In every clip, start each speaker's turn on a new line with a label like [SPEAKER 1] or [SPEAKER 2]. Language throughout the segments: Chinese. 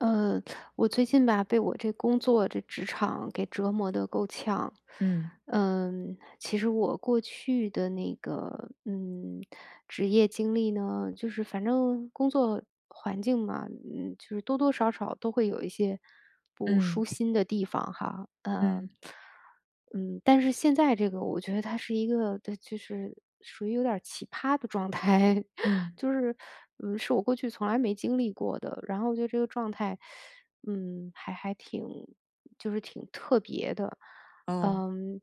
[SPEAKER 1] 呃，我最近吧，被我这工作这职场给折磨的够呛。
[SPEAKER 2] 嗯
[SPEAKER 1] 其实我过去的那个，职业经历呢，就是反正工作环境嘛，就是多多少少都会有一些不
[SPEAKER 2] 嗯
[SPEAKER 1] 舒心的地方哈。
[SPEAKER 2] 嗯
[SPEAKER 1] 嗯，但是现在这个，我觉得它是一个，对，就是属于有点儿奇葩的状态。
[SPEAKER 2] 嗯，
[SPEAKER 1] 就是，是我过去从来没经历过的。然后我觉得这个状态，还挺就是挺特别的。
[SPEAKER 2] 哦，
[SPEAKER 1] 嗯，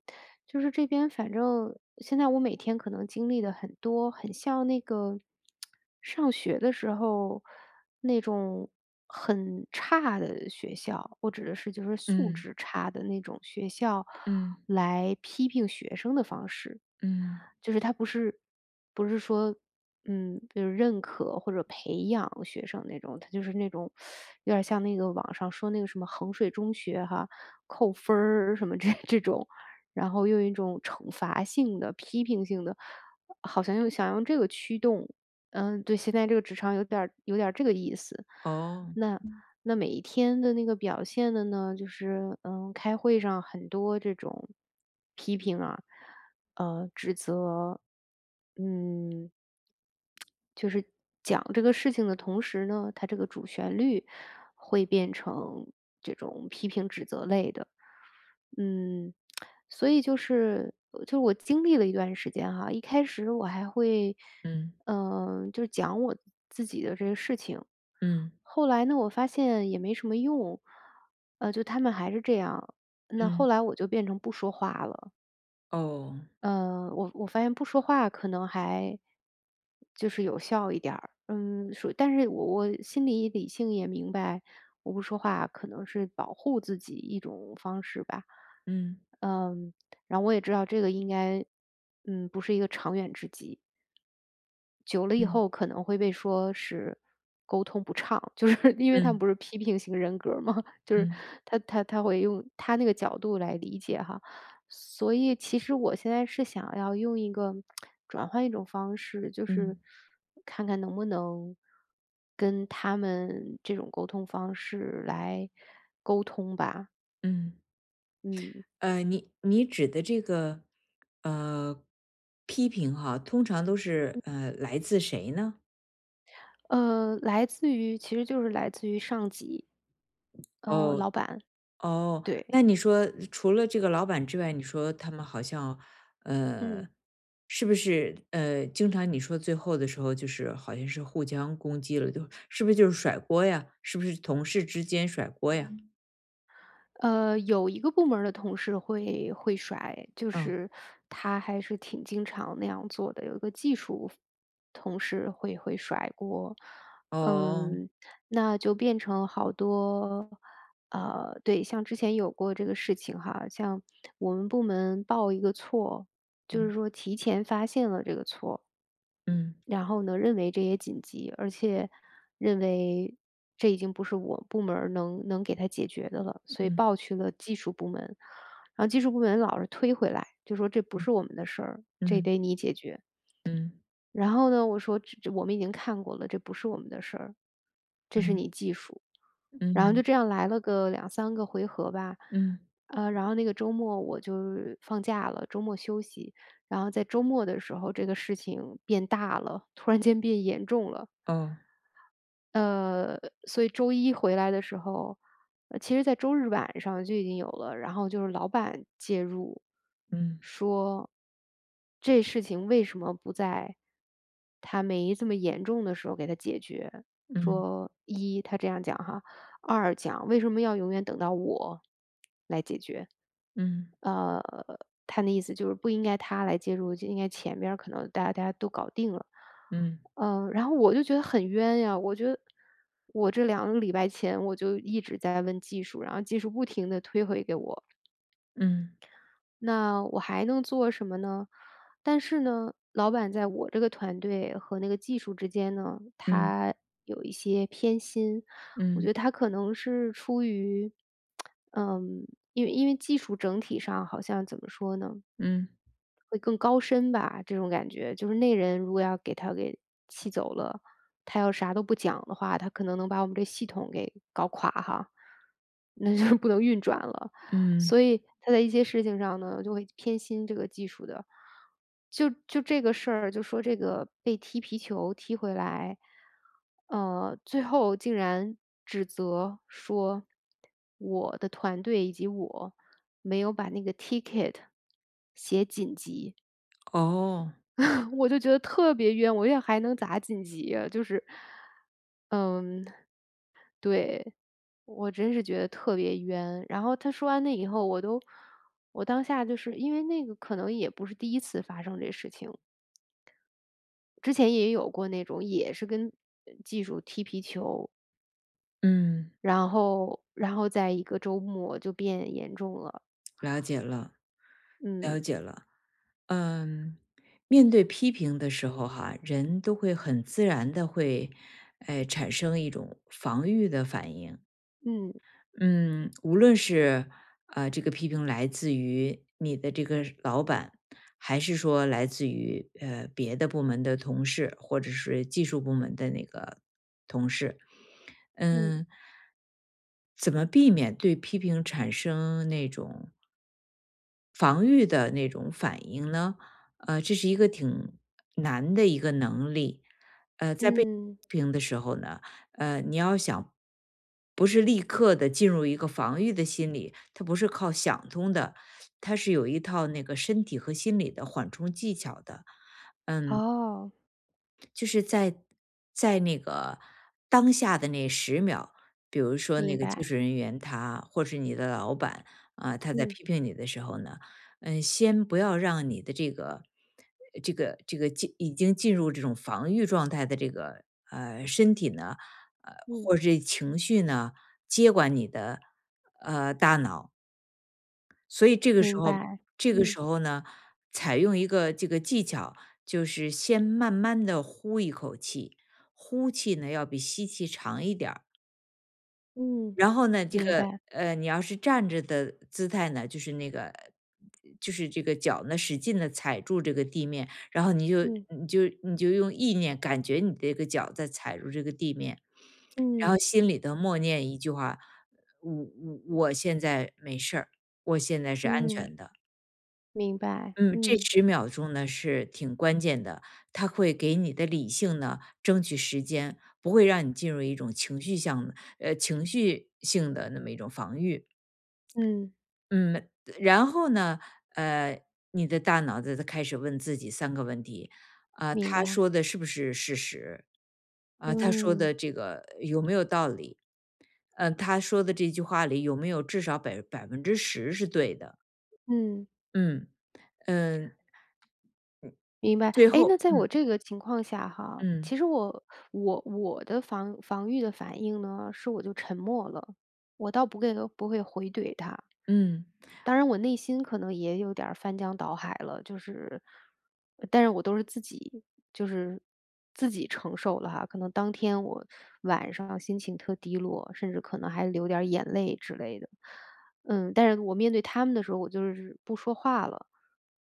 [SPEAKER 1] 就是这边反正现在我每天可能经历的很多，很像那个上学的时候那种很差的学校，我指的是就是素
[SPEAKER 2] 嗯
[SPEAKER 1] 质差的那种学校。
[SPEAKER 2] 嗯
[SPEAKER 1] 来批评学生的方式。
[SPEAKER 2] 嗯，
[SPEAKER 1] 就是他不是说，就是认可或者培养学生那种，他就是那种有点像那个网上说那个什么衡水中学哈，扣分儿什么这种，然后用一种惩罚性的、批评性的，好像又想用这个驱动，对，现在这个职场有点儿这个意思。
[SPEAKER 2] 哦，
[SPEAKER 1] 那那每一天的那个表现的呢，就是开会上很多这种批评啊，指责，嗯，就是讲这个事情的同时呢，它这个主旋律会变成这种批评指责类的。嗯，所以就是就是我经历了一段时间哈，一开始我还会，
[SPEAKER 2] 嗯
[SPEAKER 1] 就是讲我自己的这个事情，
[SPEAKER 2] 嗯
[SPEAKER 1] 后来呢，我发现也没什么用，就他们还是这样，那
[SPEAKER 2] 嗯，
[SPEAKER 1] 后来我就变成不说话了。
[SPEAKER 2] 哦，
[SPEAKER 1] 我发现不说话可能还就是有效一点儿。嗯，说但是我心里理性也明白，我不说话可能是保护自己一种方式吧。
[SPEAKER 2] 嗯
[SPEAKER 1] 嗯，然后我也知道这个应该，不是一个长远之计。久了以
[SPEAKER 2] 嗯
[SPEAKER 1] 后可能会被说是沟通不畅，就是因为他们
[SPEAKER 2] 嗯
[SPEAKER 1] 不是批评型人格儿嘛，就是
[SPEAKER 2] 嗯
[SPEAKER 1] 他会用他那个角度来理解哈。所以其实我现在是想要用一个转换一种方式，就是
[SPEAKER 2] 嗯
[SPEAKER 1] 看看能不能跟他们这种沟通方式来沟通吧。
[SPEAKER 2] 嗯，
[SPEAKER 1] 嗯，
[SPEAKER 2] 你指的这个呃批评哈，通常都是来自谁呢？
[SPEAKER 1] 来自于其实就是来自于上级，
[SPEAKER 2] 哦，
[SPEAKER 1] 老板，
[SPEAKER 2] 哦，
[SPEAKER 1] 对，
[SPEAKER 2] 那你说除了这个老板之外，你说他们好像，
[SPEAKER 1] 嗯。
[SPEAKER 2] 呃，是不是经常你说最后的时候，就是好像是互相攻击了，就是不是就是甩锅呀？是不是同事之间甩锅呀？嗯
[SPEAKER 1] 有一个部门儿的同事会甩，就
[SPEAKER 2] 嗯
[SPEAKER 1] 是他还是挺经常那样做的。有一个技术同事会甩锅，
[SPEAKER 2] 哦，
[SPEAKER 1] 嗯，那就变成好多，对，像之前有过这个事情哈，像我们部门报一个错，就是
[SPEAKER 2] 嗯
[SPEAKER 1] 说提前发现了这个错，
[SPEAKER 2] 嗯
[SPEAKER 1] 然后呢，认为这也紧急，而且认为这已经不是我部门儿能给他解决的了，所以
[SPEAKER 2] 嗯
[SPEAKER 1] 报去了技术部门。然后技术部门老是推回来，就说这不
[SPEAKER 2] 嗯
[SPEAKER 1] 是我们的事儿，这得你解决。
[SPEAKER 2] 嗯
[SPEAKER 1] 然后呢，我说：“这我们已经看过了，这不是我们的事儿，这是你
[SPEAKER 2] 嗯
[SPEAKER 1] 技术。”然后就
[SPEAKER 2] 嗯
[SPEAKER 1] 这样来了个两三个回合吧，
[SPEAKER 2] 嗯，
[SPEAKER 1] 然后那个周末我就放假了，周末休息。然后在周末的时候，这个事情变大了，突然间变严重了。
[SPEAKER 2] 哦，
[SPEAKER 1] 呃，所以周一回来的时候，其实在周日晚上就已经有了，然后就是老板介入，
[SPEAKER 2] 嗯
[SPEAKER 1] 说这事情为什么不在他没这么严重的时候给他解决？
[SPEAKER 2] 嗯
[SPEAKER 1] 说一他这样讲哈，二讲为什么要永远等到我来解决？
[SPEAKER 2] 嗯
[SPEAKER 1] 呃，他的意思就是不应该他来介入，就应该前边儿可能大家都搞定了。
[SPEAKER 2] 嗯
[SPEAKER 1] 然后我就觉得很冤呀，我觉得我这2个礼拜前我就一直在问技术，然后技术不停地推回给我，
[SPEAKER 2] 嗯
[SPEAKER 1] 那我还能做什么呢？但是呢，老板在我这个团队和那个技术之间呢，
[SPEAKER 2] 嗯嗯
[SPEAKER 1] 他有一些偏心。我觉
[SPEAKER 2] 嗯
[SPEAKER 1] 得他可能是出于，嗯，因为技术整体上好像怎么说呢？
[SPEAKER 2] 嗯，
[SPEAKER 1] 会更高深吧，这种感觉。就是那人如果要给他给气走了，他要啥都不讲的话，他可能能把我们这系统给搞垮哈，那就不能运转了。
[SPEAKER 2] 嗯
[SPEAKER 1] 所以他在一些事情上呢，就会偏心这个技术的。就这个事儿，就说这个被踢皮球踢回来，最后竟然指责说我的团队以及我没有把那个 ticket 写紧急。
[SPEAKER 2] 哦，
[SPEAKER 1] 我就觉得特别冤，我也还能咋晋级，就是，嗯，对，我真是觉得特别冤。然后他说完那以后，我都，我当下就是因为那个可能也不是第一次发生这事情，之前也有过那种也是跟技术踢皮球，
[SPEAKER 2] 嗯。
[SPEAKER 1] 然后在一个周末就变严重了，
[SPEAKER 2] 了解了，
[SPEAKER 1] 嗯
[SPEAKER 2] 了解了。嗯，面对批评的时候哈，人都会很自然的会，哎，产生一种防御的反应。
[SPEAKER 1] 嗯
[SPEAKER 2] 嗯，无论是这个批评来自于你的这个老板，还是说来自于别的部门的同事，或者是技术部门的那个同事，
[SPEAKER 1] 嗯
[SPEAKER 2] 嗯，怎么避免对批评产生那种防御的那种反应呢？这是一个挺难的一个能力。在被批
[SPEAKER 1] 嗯，
[SPEAKER 2] 评的时候呢，你要想不是立刻的进入一个防御的心理，它不是靠想通的，它是有一套那个身体和心理的缓冲技巧的。嗯，
[SPEAKER 1] 哦，
[SPEAKER 2] 就是在那个当下的那十秒，比如说那
[SPEAKER 1] 明
[SPEAKER 2] 个技
[SPEAKER 1] 白，
[SPEAKER 2] 术人员他或是你的老板啊，他在
[SPEAKER 1] 嗯
[SPEAKER 2] 批评你的时候呢，先不要让你的这个已经进入这种防御状态的这个身体呢，
[SPEAKER 1] 嗯，
[SPEAKER 2] 或者是情绪呢接管你的大脑。所以这个时
[SPEAKER 1] 明
[SPEAKER 2] 候
[SPEAKER 1] 白，
[SPEAKER 2] 这个
[SPEAKER 1] 嗯
[SPEAKER 2] 时候呢，采用一个这个技巧，就是先慢慢的呼一口气，呼气呢要比吸气长一点儿。
[SPEAKER 1] 嗯，
[SPEAKER 2] 然后呢，
[SPEAKER 1] 明白。
[SPEAKER 2] 你要是站着的姿态呢，就是那个这个脚呢使劲的踩住这个地面，然后
[SPEAKER 1] 嗯
[SPEAKER 2] 你就用意念感觉你这个脚在踩住这个地面，然后
[SPEAKER 1] 嗯
[SPEAKER 2] 心里头默念一句话："我现在没事儿，我现在是安
[SPEAKER 1] 嗯，
[SPEAKER 2] 全的。"
[SPEAKER 1] 明白，
[SPEAKER 2] 嗯，这
[SPEAKER 1] 嗯
[SPEAKER 2] 10秒钟呢是挺关键的，它会给你的理性呢争取时间，不会让你进入一种情绪性的那么一种防御。
[SPEAKER 1] 嗯，
[SPEAKER 2] 嗯，然后呢，呃，你的大脑子它开始问自己三个问题，啊，
[SPEAKER 1] 明
[SPEAKER 2] 他
[SPEAKER 1] 白，
[SPEAKER 2] 说的是不是事实？啊，他说
[SPEAKER 1] 嗯
[SPEAKER 2] 的这个有没有道理？他说的这句话里有没有至少10%是对的？
[SPEAKER 1] 嗯，
[SPEAKER 2] 嗯，嗯，
[SPEAKER 1] 明白。
[SPEAKER 2] 最
[SPEAKER 1] 哎，
[SPEAKER 2] 后
[SPEAKER 1] 那在
[SPEAKER 2] 嗯，
[SPEAKER 1] 我这个情况下哈，
[SPEAKER 2] 嗯，
[SPEAKER 1] 其实我的防御的反应呢，是我就沉默了，我倒不会回怼他。
[SPEAKER 2] 嗯。
[SPEAKER 1] 当然我内心可能也有点儿翻江倒海了，就是但是我都是自己就是自己承受了哈。可能当天我晚上心情特低落，甚至可能还流点儿眼泪之类的。但是我面对他们的时候，我就是不说话了。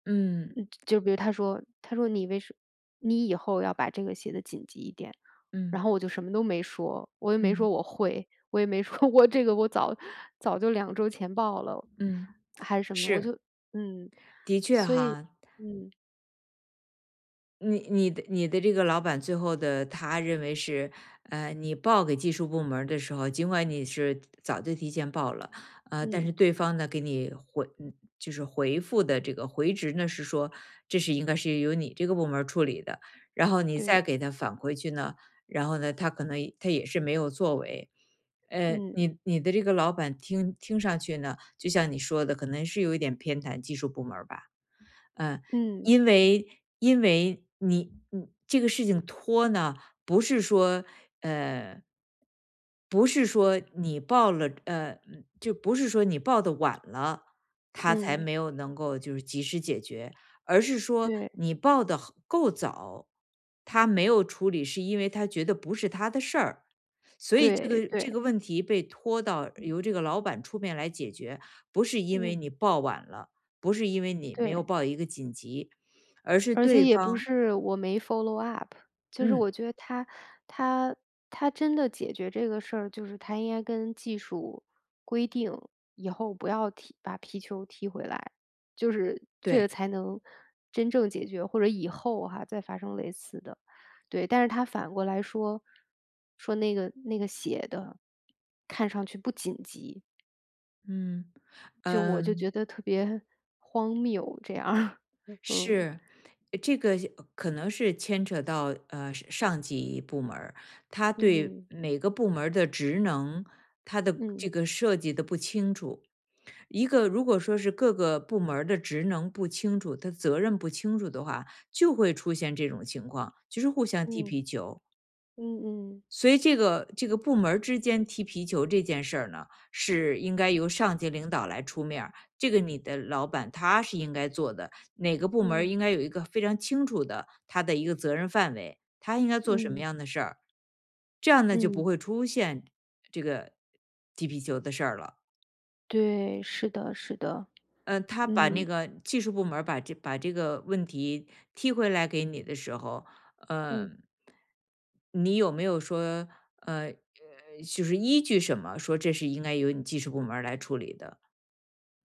[SPEAKER 2] 嗯
[SPEAKER 1] 嗯，就比如他说：“你为什你以后要把这个写的紧急一点。”
[SPEAKER 2] 嗯
[SPEAKER 1] 然后我就什么都没说，我也没
[SPEAKER 2] 嗯
[SPEAKER 1] 说我会，我也没说 我这个我早早就2周前报了，
[SPEAKER 2] 嗯，
[SPEAKER 1] 还是什么，我
[SPEAKER 2] 是，
[SPEAKER 1] 就嗯，
[SPEAKER 2] 的确
[SPEAKER 1] 所以
[SPEAKER 2] 哈，
[SPEAKER 1] 嗯，
[SPEAKER 2] 你的这个老板最后的他认为是，你报给技术部门儿的时候，尽管你是早就提前报了，但
[SPEAKER 1] 嗯，
[SPEAKER 2] 是对方呢给你回嗯就是回复的这个回执呢是说这是应该是由你这个部门儿处理的，然后你
[SPEAKER 1] 对，
[SPEAKER 2] 再给他返回去呢，然后呢他也是没有作为，
[SPEAKER 1] 嗯，
[SPEAKER 2] 你你的这个老板听上去呢，就像你说的，可能是有一点偏袒技术部门儿吧。嗯，
[SPEAKER 1] 嗯，
[SPEAKER 2] 因为因为你这个事情拖呢，不是说呃，不是说你报了呃，嗯就不是说你报的晚了，他才
[SPEAKER 1] 嗯，
[SPEAKER 2] 没有能够就是及时解决，而是说
[SPEAKER 1] 对，
[SPEAKER 2] 你报的够早，他没有处理，是因为他觉得不是他的事儿。所以这
[SPEAKER 1] 对，
[SPEAKER 2] 个
[SPEAKER 1] 对，
[SPEAKER 2] 这个问题被拖到由这个老板出面来解决，不是因为
[SPEAKER 1] 嗯，
[SPEAKER 2] 你报晚了，不是因为你没有
[SPEAKER 1] 对。
[SPEAKER 2] 报一个紧急，而是
[SPEAKER 1] 而且
[SPEAKER 2] 对
[SPEAKER 1] 也不
[SPEAKER 2] 方
[SPEAKER 1] 是我没 follow up，就是
[SPEAKER 2] 嗯，
[SPEAKER 1] 我觉得他他真的解决这个事儿，就是他应该跟技术规定，以后不要把皮球踢回来，就是这个
[SPEAKER 2] 对，
[SPEAKER 1] 才能真正解决，或者以后哈，再发生类似的。对，但是他反过来说，说那个写的看上去不紧急，
[SPEAKER 2] 嗯，
[SPEAKER 1] 就我就
[SPEAKER 2] 嗯，
[SPEAKER 1] 觉得特别荒谬这样儿 嗯
[SPEAKER 2] 是，这个可能是牵扯到上级部门儿他对
[SPEAKER 1] 嗯
[SPEAKER 2] 每个部门儿的职能，他的这
[SPEAKER 1] 嗯
[SPEAKER 2] 个设计的不清楚。一个如果说是各个部门儿的职能不清楚，他责任不清楚的话，就会出现这种情况，就是互相踢
[SPEAKER 1] 嗯。
[SPEAKER 2] 皮球。
[SPEAKER 1] 嗯嗯
[SPEAKER 2] 所以这个部门之间踢皮球这件事儿呢，是应该由上级领导来出面儿这个你的老板他是应该做的。哪个部门儿
[SPEAKER 1] 嗯
[SPEAKER 2] 应该有一个非常清楚的他的一个责任范围，他应该做什么
[SPEAKER 1] 嗯
[SPEAKER 2] 样的事儿，这样呢就不
[SPEAKER 1] 嗯，
[SPEAKER 2] 会出现这个踢皮球的事儿了。
[SPEAKER 1] 对，是的，是的，
[SPEAKER 2] 他把那
[SPEAKER 1] 嗯
[SPEAKER 2] 个技术部门儿把把这个问题踢回来给你的时候，呃，
[SPEAKER 1] 嗯
[SPEAKER 2] 你有没有说，呃，呃就是依据什么说这是应该由你技术部门儿来处理的？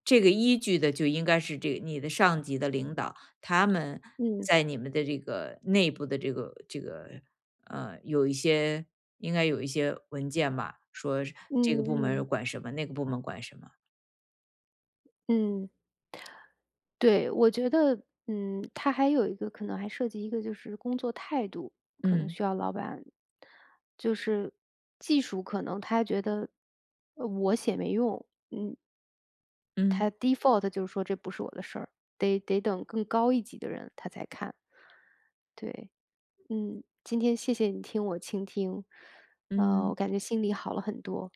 [SPEAKER 2] 这个依据的就应该是这个你的上级的领导，他们
[SPEAKER 1] 嗯
[SPEAKER 2] 在你们的这个内部的有一些应该有一些文件吧，说是
[SPEAKER 1] 嗯
[SPEAKER 2] 这个部门儿
[SPEAKER 1] 嗯
[SPEAKER 2] 管什么，那个部门管什么。
[SPEAKER 1] 嗯，对，我觉得，他还有一个可能还涉及一个就是工作态度，可能
[SPEAKER 2] 嗯
[SPEAKER 1] 需要老板，就是技术可能他觉得我写没用，
[SPEAKER 2] 嗯
[SPEAKER 1] 他 default 就是说这不是我的事儿，得等更高一级的人他才看，对。今天谢谢你听我倾听，我
[SPEAKER 2] 嗯。
[SPEAKER 1] 感觉心里好了很多。